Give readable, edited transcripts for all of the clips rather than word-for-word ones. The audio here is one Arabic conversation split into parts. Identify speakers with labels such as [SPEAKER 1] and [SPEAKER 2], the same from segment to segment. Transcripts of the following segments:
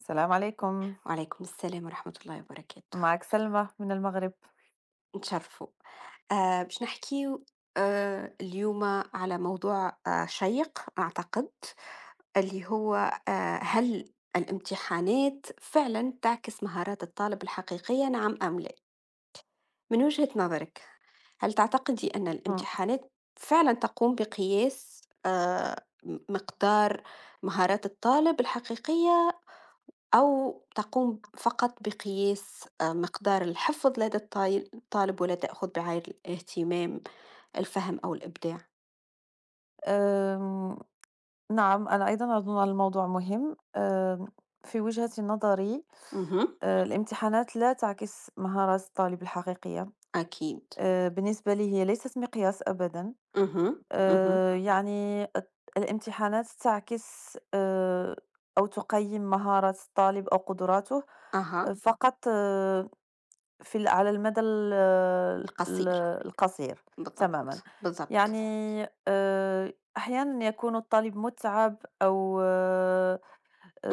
[SPEAKER 1] السلام عليكم،
[SPEAKER 2] وعليكم السلام ورحمة الله وبركاته.
[SPEAKER 1] معك سلمى من المغرب.
[SPEAKER 2] نتشرفوا. باش نحكيو اليوم على موضوع شيق أعتقد، اللي هو هل الامتحانات فعلا تعكس مهارات الطالب الحقيقية، نعم أم لا؟ من وجهة نظرك، هل تعتقدي أن
[SPEAKER 1] إمم،
[SPEAKER 2] الامتحانات فعلا تقوم بقياس آه مقدار مهارات الطالب الحقيقية، أو تقوم فقط بقياس مقدار الحفظ لدى الطالب، ولا تأخذ بعين الاهتمام الفهم أو الإبداع؟
[SPEAKER 1] آمم، نعم، أنا أيضًا أظن أن الموضوع مهم. في وجهة نظري
[SPEAKER 2] مهم.
[SPEAKER 1] الامتحانات لا تعكس مهارات الطالب الحقيقية.
[SPEAKER 2] أكيد.
[SPEAKER 1] بالنسبة لي هي ليست مقياس أبدًا.
[SPEAKER 2] مهم. مهم.
[SPEAKER 1] يعني الامتحانات تعكس أو تقيّم مهارات الطالب أو قدراته
[SPEAKER 2] أها.
[SPEAKER 1] فقط في ال على المدى ال
[SPEAKER 2] القصير.
[SPEAKER 1] القصير تمامًا.
[SPEAKER 2] بالضبط، بالضبط.
[SPEAKER 1] يعني أحيانًا يكون الطالب مُتعب أو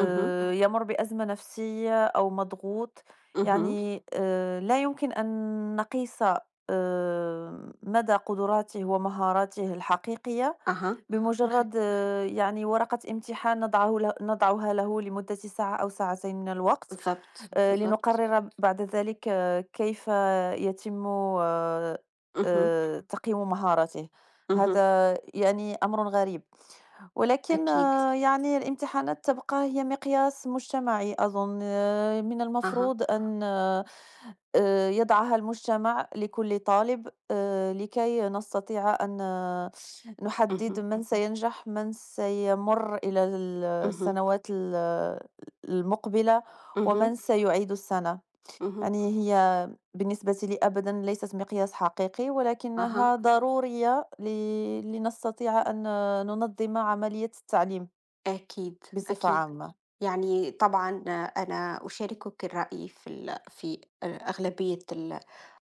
[SPEAKER 2] مهم.
[SPEAKER 1] يمُر بأزمة نفسية أو مضغوط،
[SPEAKER 2] مهم.
[SPEAKER 1] يعني لا يمكن أن نقيس مدى قدراته ومهاراته الحقيقية
[SPEAKER 2] أها. أخي.
[SPEAKER 1] بمجرد يعني ورقة امتحان نضعها له لمدة ساعة أو ساعتين من الوقت.
[SPEAKER 2] بالضبط، بالضبط.
[SPEAKER 1] لنقرر بعد ذلك كيف يتم آآ
[SPEAKER 2] مهم.
[SPEAKER 1] تقييم مهاراته.
[SPEAKER 2] مهم.
[SPEAKER 1] هذا يعني أمر غريب، ولكن
[SPEAKER 2] أكيد.
[SPEAKER 1] يعني الامتحانات تبقى هي مقياس مجتمعي أظن، من
[SPEAKER 2] أها.
[SPEAKER 1] المفروض أن يضعها المجتمع لكل طالب لكي نستطيع أن نحدد
[SPEAKER 2] مهم.
[SPEAKER 1] من سينجح، من سيمُر إلى
[SPEAKER 2] مهم.
[SPEAKER 1] السنوات ال المقبلة. ومن
[SPEAKER 2] مهم.
[SPEAKER 1] سيعيد السنة.
[SPEAKER 2] مهم.
[SPEAKER 1] يعني هي بالنسبة لي أبدا ليست مقياس حقيقي
[SPEAKER 2] أها.
[SPEAKER 1] ولكنها ضرورية ل... لنستطيع أن ننظم عملية التعليم
[SPEAKER 2] أكيد.
[SPEAKER 1] بصفة
[SPEAKER 2] أكيد.
[SPEAKER 1] عامة.
[SPEAKER 2] يعني طبعًا أنا أشاركِك الرأي في في أغلبية ال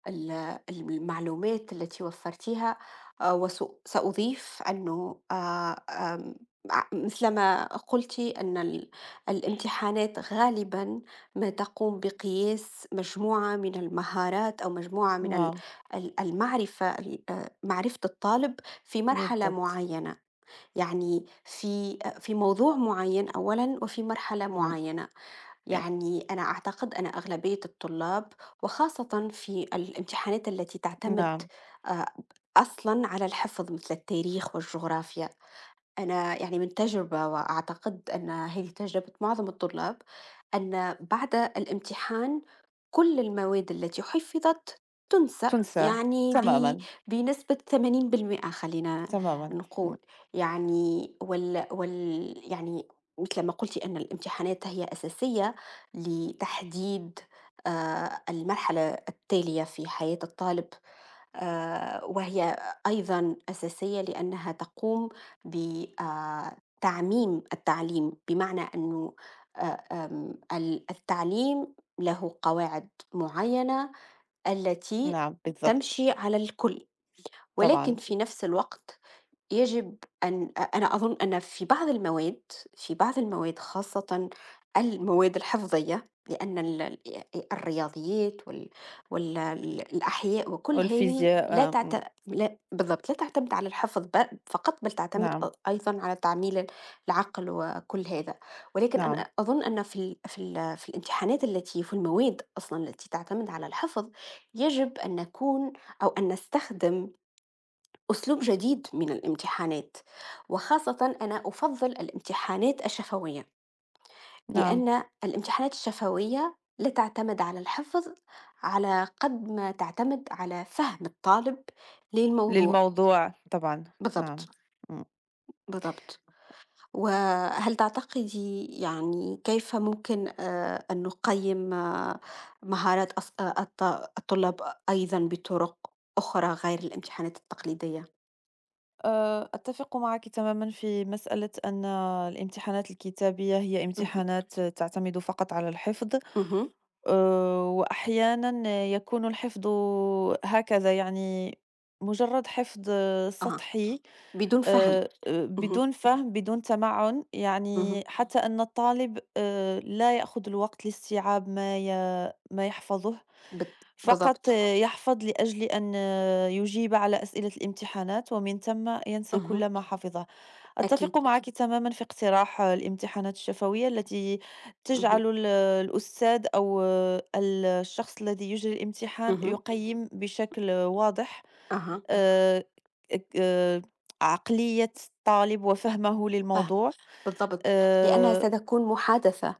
[SPEAKER 2] ال المعلومات التي وفرتيها. وس سأضيف أنه آمم، مثلما قلتِ أن الامتحانات غالبًا ما تقوم بقياس مجموعة من المهارات، أو مجموعة من ال
[SPEAKER 1] نعم
[SPEAKER 2] ال المعرفة، ال معرفة الطالب في مرحلة
[SPEAKER 1] بالضبط.
[SPEAKER 2] معينة. يعني في موضوع معين أولًا، وفي مرحلة
[SPEAKER 1] مم.
[SPEAKER 2] معينة.
[SPEAKER 1] إيه،
[SPEAKER 2] يعني أنا أعتقد أن أغلبية الطلاب، وخاصةً في الامتحانات التي تعتمد
[SPEAKER 1] نعم.
[SPEAKER 2] آآ أصلًا على الحفظ، مثل التاريخ والجغرافيا. أنا يعني من تجربة، وأعتقد أن هذه تجربة معظم الطلاب، أن بعد الامتحان كل المواد التي حفظت تنسى،
[SPEAKER 1] تنسى
[SPEAKER 2] يعني
[SPEAKER 1] تماما.
[SPEAKER 2] بنسبة 80% خلينا
[SPEAKER 1] تماما. مم.
[SPEAKER 2] نقول. يعني وال يعني مثل ما قلتي أن الامتحانات هي أساسية لتحديد المرحلة التالية في حياة الطالب. وهي أيضا أساسية لأنها تقوم بتعميم التعليم، بمعنى أنه التعليم له قواعد معينة التي
[SPEAKER 1] نعم بالضبط.
[SPEAKER 2] تمشي على الكل. ولكن
[SPEAKER 1] طبعا.
[SPEAKER 2] في نفس الوقت يجب أن أ أنا أظن أن في بعض المواد، في بعض المواد خاصةً المواد الحفظية، لأن ال الرياضيات وال الأحياء وكل هذه
[SPEAKER 1] والفيزياء
[SPEAKER 2] لا
[SPEAKER 1] مم.
[SPEAKER 2] لا، بالضبط، لا تعتمد على الحفظ فقط، بل تعتمد
[SPEAKER 1] نعم.
[SPEAKER 2] أيضًا على تعميل العقل وكل هذا. ولكن
[SPEAKER 1] نعم.
[SPEAKER 2] أنا أظن أن في الامتحانات التي في المواد أصلًا التي تعتمد على الحفظ، يجب أن نكون، أو أن نستخدم، أسلوب جديد من الامتحانات. وخاصة أنا أفضل الامتحانات الشفوية،
[SPEAKER 1] نعم
[SPEAKER 2] لأن الامتحانات الشفوية لا تعتمد على الحفظ على قد ما تعتمد على فهم الطالب للموضوع.
[SPEAKER 1] للموضوع طبعا. نعم.
[SPEAKER 2] بالضبط. بالضبط. وهل تعتقدي يعني كيف ممكن أن نقيم مهارات أص الط الطلاب أيضًا بطرق أخرى غير الامتحانات التقليدية؟
[SPEAKER 1] أتفق معك تماما في مسألة أن الامتحانات الكتابية هي
[SPEAKER 2] اهم.
[SPEAKER 1] امتحانات تعتمد فقط على الحفظ.
[SPEAKER 2] اهم.
[SPEAKER 1] وأحيانًا يكون الحفظ هكذا يعني مجرد حفظ
[SPEAKER 2] أها.
[SPEAKER 1] سطحي.
[SPEAKER 2] بدون فهم. اهم.
[SPEAKER 1] بدون فهم، بدون تمعن، يعني
[SPEAKER 2] اهم.
[SPEAKER 1] حتى أن الطالب لا يأخذ الوقت لاستيعاب ما يحفظه، فقط
[SPEAKER 2] بالضبط.
[SPEAKER 1] يحفظ لأجل أن يجيب على أسئلة الامتحانات ومن ثم ينسى كل
[SPEAKER 2] اهم.
[SPEAKER 1] ما حفظه.
[SPEAKER 2] أكيد.
[SPEAKER 1] أتفق معك تمامًا في اقتراح الامتحانات الشفوية التي تجعل
[SPEAKER 2] اهم.
[SPEAKER 1] الأستاذ أو الشخص الذي يجري الامتحان
[SPEAKER 2] اهم.
[SPEAKER 1] يقيم بشكل واضح
[SPEAKER 2] أها.
[SPEAKER 1] آآ اك آآ عقلية الطالب وفهمه
[SPEAKER 2] فاهمة.
[SPEAKER 1] للموضوع.
[SPEAKER 2] بالضبط. لأنها
[SPEAKER 1] آآ
[SPEAKER 2] ستكون محادثة،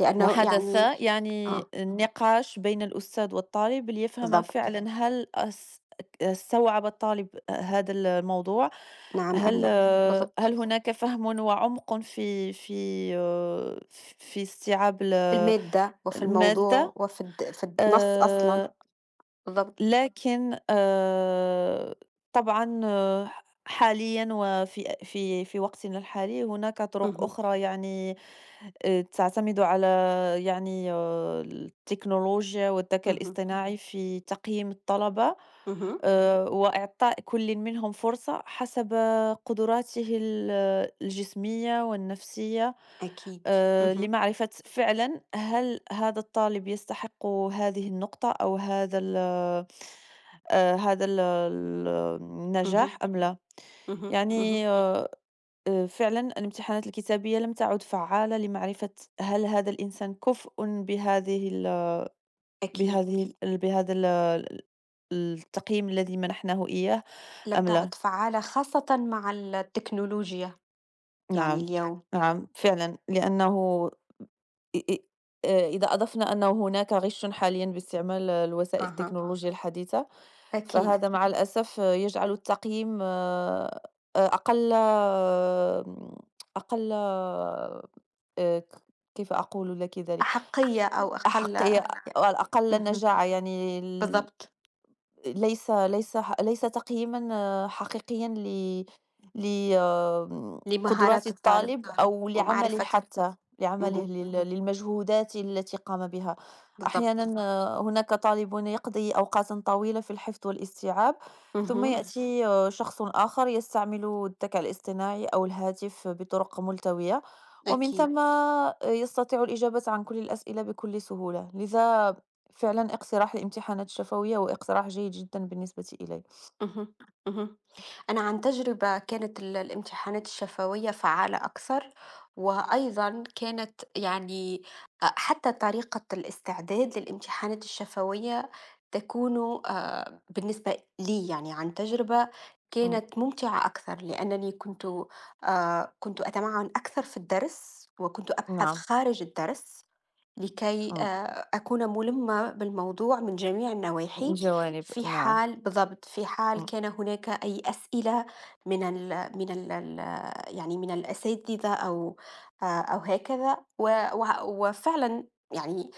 [SPEAKER 2] لأنه
[SPEAKER 1] محادثة
[SPEAKER 2] يعني
[SPEAKER 1] يعني
[SPEAKER 2] آه،
[SPEAKER 1] نقاش بين الأستاذ والطالب ليفهم
[SPEAKER 2] بالضبط.
[SPEAKER 1] فعلًا هل أس استوعب الطالب هذا الموضوع؟
[SPEAKER 2] نعم أم
[SPEAKER 1] هل
[SPEAKER 2] لأ؟
[SPEAKER 1] هل
[SPEAKER 2] بالضبط.
[SPEAKER 1] هناك فهم وعمق في في استيعاب
[SPEAKER 2] في المادة، وفي الموضوع،
[SPEAKER 1] المادة؟
[SPEAKER 2] وفي في النص أصلًا.
[SPEAKER 1] آه. آآ
[SPEAKER 2] بالضبط.
[SPEAKER 1] لكن طبعًا حاليًا وفي في في وقتنا الحالي هناك طرق
[SPEAKER 2] اهم.
[SPEAKER 1] أخرى يعني تعتمد على يعني التكنولوجيا والذكاء
[SPEAKER 2] اهم.
[SPEAKER 1] الاصطناعي في تقييم الطلبة.
[SPEAKER 2] اهم.
[SPEAKER 1] وإعطاء كل منهم فرصة حسب قدراته الجسمية والنفسية.
[SPEAKER 2] أكيد. اهم.
[SPEAKER 1] لمعرفة فعلًا هل هذا الطالب يستحق هذه النقطة أو هذا هذا ال
[SPEAKER 2] اهم.
[SPEAKER 1] النجاح أم لا؟
[SPEAKER 2] اهم.
[SPEAKER 1] يعني
[SPEAKER 2] اهم.
[SPEAKER 1] فعلًا الامتحانات الكتابية لم تعد فعّالة لمعرفة هل هذا الإنسان كفء بهذه
[SPEAKER 2] أكيد.
[SPEAKER 1] بهذه بهذا ال التقييم الذي منحناه إياه
[SPEAKER 2] لم
[SPEAKER 1] أم لا؟
[SPEAKER 2] تعد فعّالة خاصةً مع التكنولوجيا، يعني
[SPEAKER 1] نعم،
[SPEAKER 2] اليوم.
[SPEAKER 1] نعم فعلًا لأنه إ إ إذا أضفنا أنه هناك غش حاليًا باستعمال الوسائل
[SPEAKER 2] أها.
[SPEAKER 1] التكنولوجيا الحديثة،
[SPEAKER 2] أكيد.
[SPEAKER 1] فهذا مع الأسف يجعل التقييم أقل أقل ك كيف أقول لك ذلك؟
[SPEAKER 2] أحَقية أو أقل.
[SPEAKER 1] أحقية
[SPEAKER 2] اهم.
[SPEAKER 1] أقل نجاعة يعني
[SPEAKER 2] بالضبط.
[SPEAKER 1] ليس ليس تقييمًا حقيقيًا ل آمم، قدرات
[SPEAKER 2] لمهارات الطالب
[SPEAKER 1] الطالب أو لعمله
[SPEAKER 2] ومعرفته.
[SPEAKER 1] حتى، لعمله
[SPEAKER 2] اهم.
[SPEAKER 1] للمجهودات التي قام بها.
[SPEAKER 2] بالضبط.
[SPEAKER 1] أحيانًا هناك طالب يقضي أوقاتًا طويلة في الحفظ والاستيعاب، ثم
[SPEAKER 2] اهم.
[SPEAKER 1] يأتي شخص آخر يستعمل الذكاء الاصطناعي أو الهاتف بطرق ملتوية، ومن
[SPEAKER 2] أكيد.
[SPEAKER 1] ثم يستطيع الإجابة عن كل الأسئلة بكل سهولة. لذا فعلًا اقتراح لإمتحانات شفوية هو اقتراح جيد جدًا بالنسبة إلي.
[SPEAKER 2] اهم. اهم. أنا عن تجربة، كانت الامتحانات الشفوية فعّالة أكثر. وأيضًا كانت يعني، حتى طريقة الاستعداد للامتحانات الشفوية تكون بالنسبة لي، يعني عن تجربة،
[SPEAKER 1] إمم،
[SPEAKER 2] كانت ممتعة أكثر، لأنني كنت أتمعن أكثر في الدرس، وكنت أبحث
[SPEAKER 1] نعم،
[SPEAKER 2] خارج الدرس، لكي
[SPEAKER 1] إمم،
[SPEAKER 2] أكون ملمة بالموضوع من جميع النواحي،
[SPEAKER 1] جوانب،
[SPEAKER 2] في
[SPEAKER 1] نعم،
[SPEAKER 2] حال، بالضبط، في حال
[SPEAKER 1] إمم.
[SPEAKER 2] كان هناك أي أسئلة، من ال من ال ال- يعني من الأساتذة، أو أو هكذا، وفعلا يعني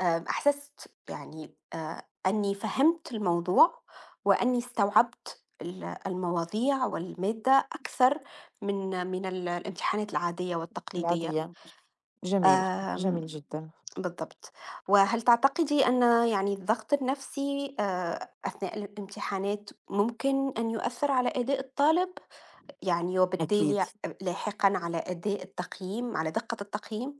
[SPEAKER 2] أحسست يعني أني فهمت الموضوع، وأني استوعبت المواضيع والمادة أكثر من الامتحانات العادية والتقليدية.
[SPEAKER 1] العادية، جميل،
[SPEAKER 2] آم،
[SPEAKER 1] جميل جدًا،
[SPEAKER 2] بالضبط. وهل تعتقدي أن يعني الضغط النفسي أثناء الامتحانات ممكن أن يؤثّر على أداء الطالب؟ يعني
[SPEAKER 1] أكيد.
[SPEAKER 2] وبالتالي لاحقًا على أداء التقييم، على دقة التقييم؟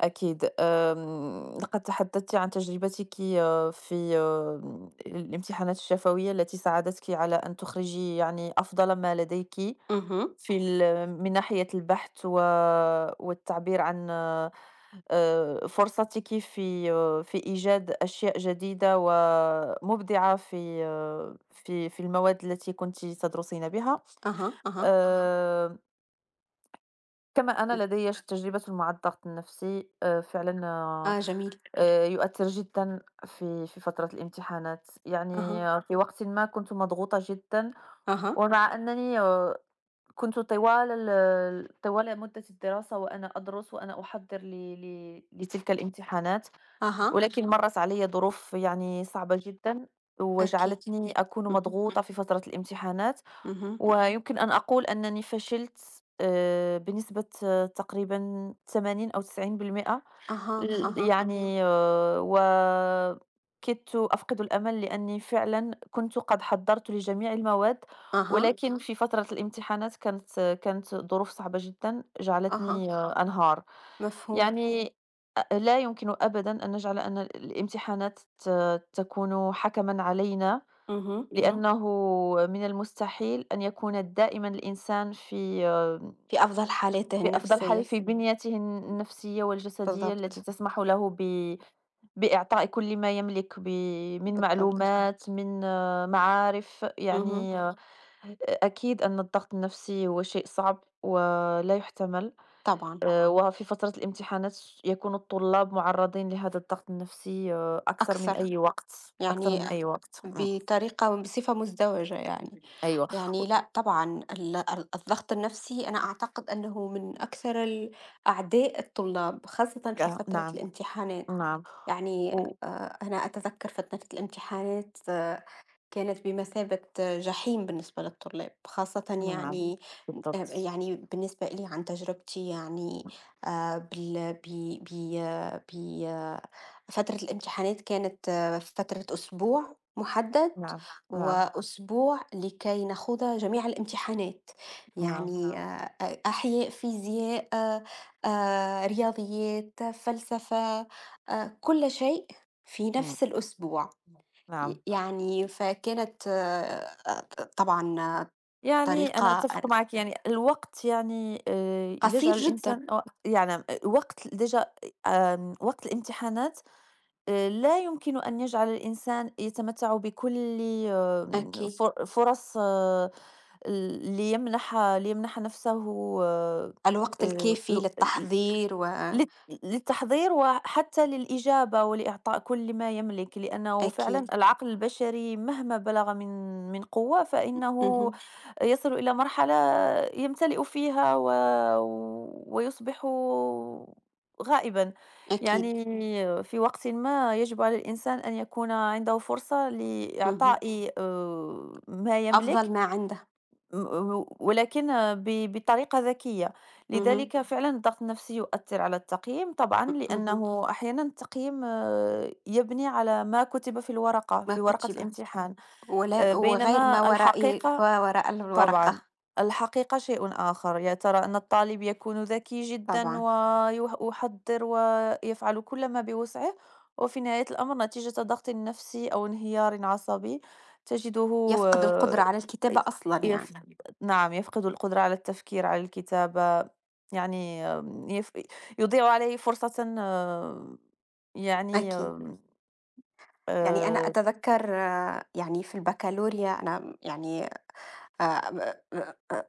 [SPEAKER 1] أكيد لقد تحدثتِ عن تجربتِك في الامتحانات الشفوية التي ساعدتِك على أن تخرجي يعني أفضل ما لديكِ
[SPEAKER 2] اهم.
[SPEAKER 1] في من ناحية البحث و والتعبير عن فرصتِك في في إيجاد أشياء جديدة ومبدعة في في المواد التي كنتِ تدرسين بها
[SPEAKER 2] أها.
[SPEAKER 1] أها.
[SPEAKER 2] أها.
[SPEAKER 1] آآ، كما أنا لدي تجربة مع الضغط النفسي فعلًا
[SPEAKER 2] آه جميل.
[SPEAKER 1] يؤثّر جدًا في فترة الامتحانات، يعني
[SPEAKER 2] أها.
[SPEAKER 1] في وقتٍ ما كنت مضغوطة جدًا،
[SPEAKER 2] أها.
[SPEAKER 1] ومع أنني كنت طوال مدة الدراسة وأنا أدرس وأنا أحضّر لتلك الامتحانات،
[SPEAKER 2] أها.
[SPEAKER 1] ولكن مرّت عليَّ ظروف يعني صعبة جدًا،
[SPEAKER 2] أكيد.
[SPEAKER 1] وجعلتني أكون
[SPEAKER 2] اهم.
[SPEAKER 1] مضغوطة في فترة الامتحانات،
[SPEAKER 2] اهم.
[SPEAKER 1] ويمكن أن أقول أنني فشلت بنسبة تقريبًا 80 أو 90%.
[SPEAKER 2] أها. أها.
[SPEAKER 1] يعني وكدت أفقد الأمل لأني فعلًا كنت قد حضّرت لجميع المواد،
[SPEAKER 2] أها.
[SPEAKER 1] ولكن في فترة الامتحانات كانت ظروف صعبة جدًا
[SPEAKER 2] أها.
[SPEAKER 1] جعلتني أنهار.
[SPEAKER 2] مفهوم.
[SPEAKER 1] يعني لا يمكن أبدًا أن نجعل أن الامتحانات تكون حكمًا علينا،
[SPEAKER 2] اهم.
[SPEAKER 1] لأنه من المستحيل أن يكون دائمًا الإنسان في
[SPEAKER 2] في أفضل حالاته
[SPEAKER 1] بأفضل حال
[SPEAKER 2] النفسية.
[SPEAKER 1] في بنيته النفسية والجسدية التي
[SPEAKER 2] بالضبط.
[SPEAKER 1] تسمح له بإعطاء كل ما يملك من نعم.
[SPEAKER 2] بالضبط.
[SPEAKER 1] معلومات، من معارف،
[SPEAKER 2] اهم.
[SPEAKER 1] يعني نعم. أكيد أن الضغط النفسي هو شيء صعب ولا يُحتمل،
[SPEAKER 2] طبعًا.
[SPEAKER 1] وفي فترة الامتحانات يكون الطلاب معرضين لهذا الضغط النفسي أكثر من
[SPEAKER 2] أكثر.
[SPEAKER 1] أي وقت، أكثر
[SPEAKER 2] يعني
[SPEAKER 1] من نعم. أي وقت،
[SPEAKER 2] بطريقة بصفة مزدوجة يعني.
[SPEAKER 1] أيوه،
[SPEAKER 2] يعني لأ طبعًا ال الضغط النفسي، أنا أعتقد أنه من أكثر أعداء الطلاب، خاصةً في فترة
[SPEAKER 1] نعم،
[SPEAKER 2] الامتحانات.
[SPEAKER 1] نعم،
[SPEAKER 2] يعني
[SPEAKER 1] و
[SPEAKER 2] أنا أتذكر فترة الامتحانات كانت بمثابة جحيم بالنسبة للطلاب، خاصةً
[SPEAKER 1] نعم،
[SPEAKER 2] يعني
[SPEAKER 1] بالضبط،
[SPEAKER 2] يعني بالنسبة لي، عن تجربتي، يعني بال ب ب آه، ب آه، فترة الامتحانات كانت فترة أسبوع محدد،
[SPEAKER 1] نعم، نعم،
[SPEAKER 2] وأسبوع لكي نخوض جميع الامتحانات.
[SPEAKER 1] نعم،
[SPEAKER 2] يعني أحياء، فيزياء، رياضيات، فلسفة، كل شيء في
[SPEAKER 1] إمم،
[SPEAKER 2] نفس الأسبوع.
[SPEAKER 1] نعم.
[SPEAKER 2] يعني فكانت طبعًا آه،
[SPEAKER 1] يعني أنا
[SPEAKER 2] طريقة ال
[SPEAKER 1] أتفق معك يعني الوقت يعني
[SPEAKER 2] قصير
[SPEAKER 1] يجعل
[SPEAKER 2] جدًا.
[SPEAKER 1] الإنسان و يعني وقت ديجا وقت الامتحانات لا يمكن أن يجعل الإنسان يتمتع بكل
[SPEAKER 2] أكيد.
[SPEAKER 1] فرص ليمنح نفسه آآ
[SPEAKER 2] الوقت الكافي
[SPEAKER 1] ل ل
[SPEAKER 2] للتحضير و.
[SPEAKER 1] لل للتحضير وحتى للإجابة ولإعطاء كل ما يملك، لأنه فعلًا
[SPEAKER 2] أكيد.
[SPEAKER 1] العقل البشري مهما بلغ من من قوة فإنه
[SPEAKER 2] اهم.
[SPEAKER 1] يصلوا إلى مرحلة يمتلئوا فيها و ويصبح غائبًا.
[SPEAKER 2] أكيد.
[SPEAKER 1] يعني في وقتٍ ما يجب على الإنسان أن يكون عنده فرصة
[SPEAKER 2] اهم.
[SPEAKER 1] لإعطاء ما يملك
[SPEAKER 2] أفضل ما عنده.
[SPEAKER 1] ولكن بطريقة ذكية.
[SPEAKER 2] اهم.
[SPEAKER 1] لذلك فعلًا الضغط النفسي يؤثر على التقييم طبعًا،
[SPEAKER 2] اهم.
[SPEAKER 1] لأنه أحيانًا التقييم يبني على ما كُتب في الورقة،
[SPEAKER 2] ما
[SPEAKER 1] في ورقة
[SPEAKER 2] كُتب،
[SPEAKER 1] الامتحان.
[SPEAKER 2] ولا وغير، ما
[SPEAKER 1] بينما
[SPEAKER 2] وراء،
[SPEAKER 1] الحقيقة
[SPEAKER 2] ما وراء
[SPEAKER 1] طبعًا،
[SPEAKER 2] الورقة.
[SPEAKER 1] الحقيقة شيء آخر، يا ترى أن الطالب يكون ذكي جدًا
[SPEAKER 2] طبعًا.
[SPEAKER 1] يحضّر ويفعل كل ما بوسعه، وفي نهاية الأمر نتيجة ضغط نفسي أو انهيار عصبي تجده
[SPEAKER 2] يفقد القدرة على الكتابة أصلًا،
[SPEAKER 1] يف
[SPEAKER 2] يعني.
[SPEAKER 1] نعم، يفقد القدرة على التفكير، على الكتابة، يعني يضيع عليه فرصةً يعني
[SPEAKER 2] أكيد. يعني أنا
[SPEAKER 1] آآ،
[SPEAKER 2] أتذكّر يعني في البكالوريا، أنا يعني آآ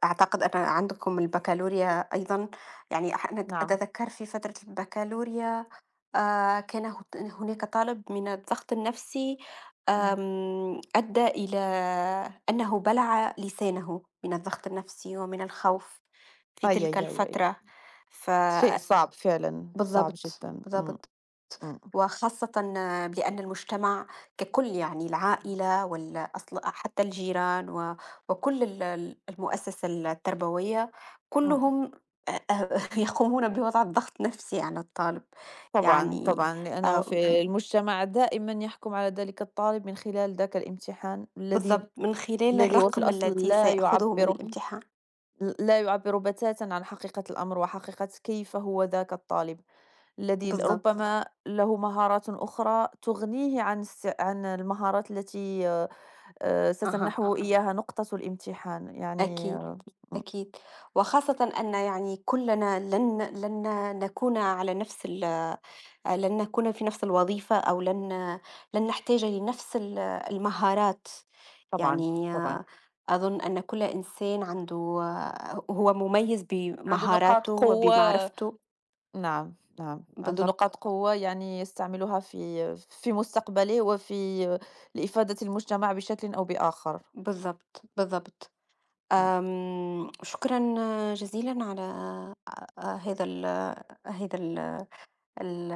[SPEAKER 2] أعتقد أن عندكم البكالوريا أيضًا. يعني أنا
[SPEAKER 1] نعم،
[SPEAKER 2] أتذكّر في فترة البكالوريا كان هناك طالب من الضغط النفسي
[SPEAKER 1] إمم،
[SPEAKER 2] أدّى إلى أنه بلع لسانه من الضغط النفسي ومن الخوف في
[SPEAKER 1] أي،
[SPEAKER 2] تلك
[SPEAKER 1] أي، أي، أي،
[SPEAKER 2] الفترة. ف
[SPEAKER 1] شيء صعب فعلًا، صعب
[SPEAKER 2] بالضبط.
[SPEAKER 1] جدًا،
[SPEAKER 2] بالضبط.
[SPEAKER 1] إمم،
[SPEAKER 2] وخاصةً لأن المجتمع ككل، يعني العائلة والأصل، حتى الجيران، وكل ال المؤسسة التربوية،
[SPEAKER 1] إمم،
[SPEAKER 2] كلّهم أ أ يقومون بوضع ضغط نفسي على الطالب.
[SPEAKER 1] طبعًا،
[SPEAKER 2] يعني
[SPEAKER 1] طبعًا، لأنه
[SPEAKER 2] آآ
[SPEAKER 1] في المجتمع دائمًا يحكم على ذلك الطالب من خلال ذاك الامتحان الذي
[SPEAKER 2] بالضبط، من خلال
[SPEAKER 1] الذي هو في أيوه.
[SPEAKER 2] الرقم
[SPEAKER 1] الأصل
[SPEAKER 2] التي
[SPEAKER 1] لا
[SPEAKER 2] سيأخذه من
[SPEAKER 1] يعبّر
[SPEAKER 2] الامتحان.
[SPEAKER 1] لا يعبّر بتاتًا عن حقيقة الأمر وحقيقة كيف هو ذاك الطالب، الذي
[SPEAKER 2] بالضبط.
[SPEAKER 1] ربما له مهارات أخرى تغنيه عن عن المهارات التي ستمنحه
[SPEAKER 2] أها.
[SPEAKER 1] ستمنحه إياها نقطة الامتحان، يعني
[SPEAKER 2] أكيد. أكيد. وخاصةً أن يعني كلنا لن نكون على نفس ال آه، لن نكون في نفس الوظيفة، أو لن نحتاج لنفس المهارات.
[SPEAKER 1] طبعًا،
[SPEAKER 2] يعني
[SPEAKER 1] طبعًا،
[SPEAKER 2] أظن أن كل إنسان عنده هو مميز
[SPEAKER 1] عنده نقاط
[SPEAKER 2] بمهاراته
[SPEAKER 1] قوة.
[SPEAKER 2] وبمعرفته.
[SPEAKER 1] نعم، نعم، عنده
[SPEAKER 2] بالضبط.
[SPEAKER 1] نقاط قوة يعني يستعملها في مستقبله وفي لإفادة المجتمع بشكل أو بآخر.
[SPEAKER 2] بالضبط. بالضبط.
[SPEAKER 1] إمم.
[SPEAKER 2] شكرا جزيلا على آه، هذا ال هذا ال ال-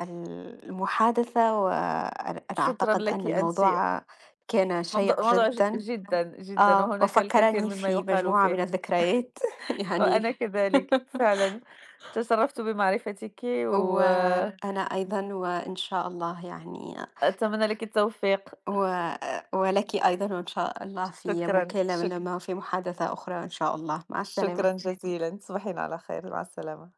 [SPEAKER 2] ال- المحادثة. وأنا
[SPEAKER 1] شكرًا
[SPEAKER 2] أعتقد
[SPEAKER 1] لكِ
[SPEAKER 2] أن
[SPEAKER 1] أنتِ،
[SPEAKER 2] الموضوع كان
[SPEAKER 1] موضوع
[SPEAKER 2] شيق
[SPEAKER 1] موضوع
[SPEAKER 2] جدا.
[SPEAKER 1] جدًا، جدًا، وهناك الكثير
[SPEAKER 2] وفكّرني
[SPEAKER 1] مما
[SPEAKER 2] في
[SPEAKER 1] يُقال
[SPEAKER 2] مجموعة من
[SPEAKER 1] فيه،
[SPEAKER 2] الذكريات يعني.
[SPEAKER 1] وأنا كذلك فعلًا، تشرفت بمعرفتِك وأتمنى
[SPEAKER 2] وأنا أيضًا، وإن شاء الله يعني،
[SPEAKER 1] لكِ التوفيق.
[SPEAKER 2] و ولكِ أيضًا وإن شاء الله في
[SPEAKER 1] شكرًا،
[SPEAKER 2] مكالمة في محادثة أخرى إن شاء الله. مع
[SPEAKER 1] شكرًا
[SPEAKER 2] السلامة.
[SPEAKER 1] جزيلًا، تصبحين على خير، مع السلامة.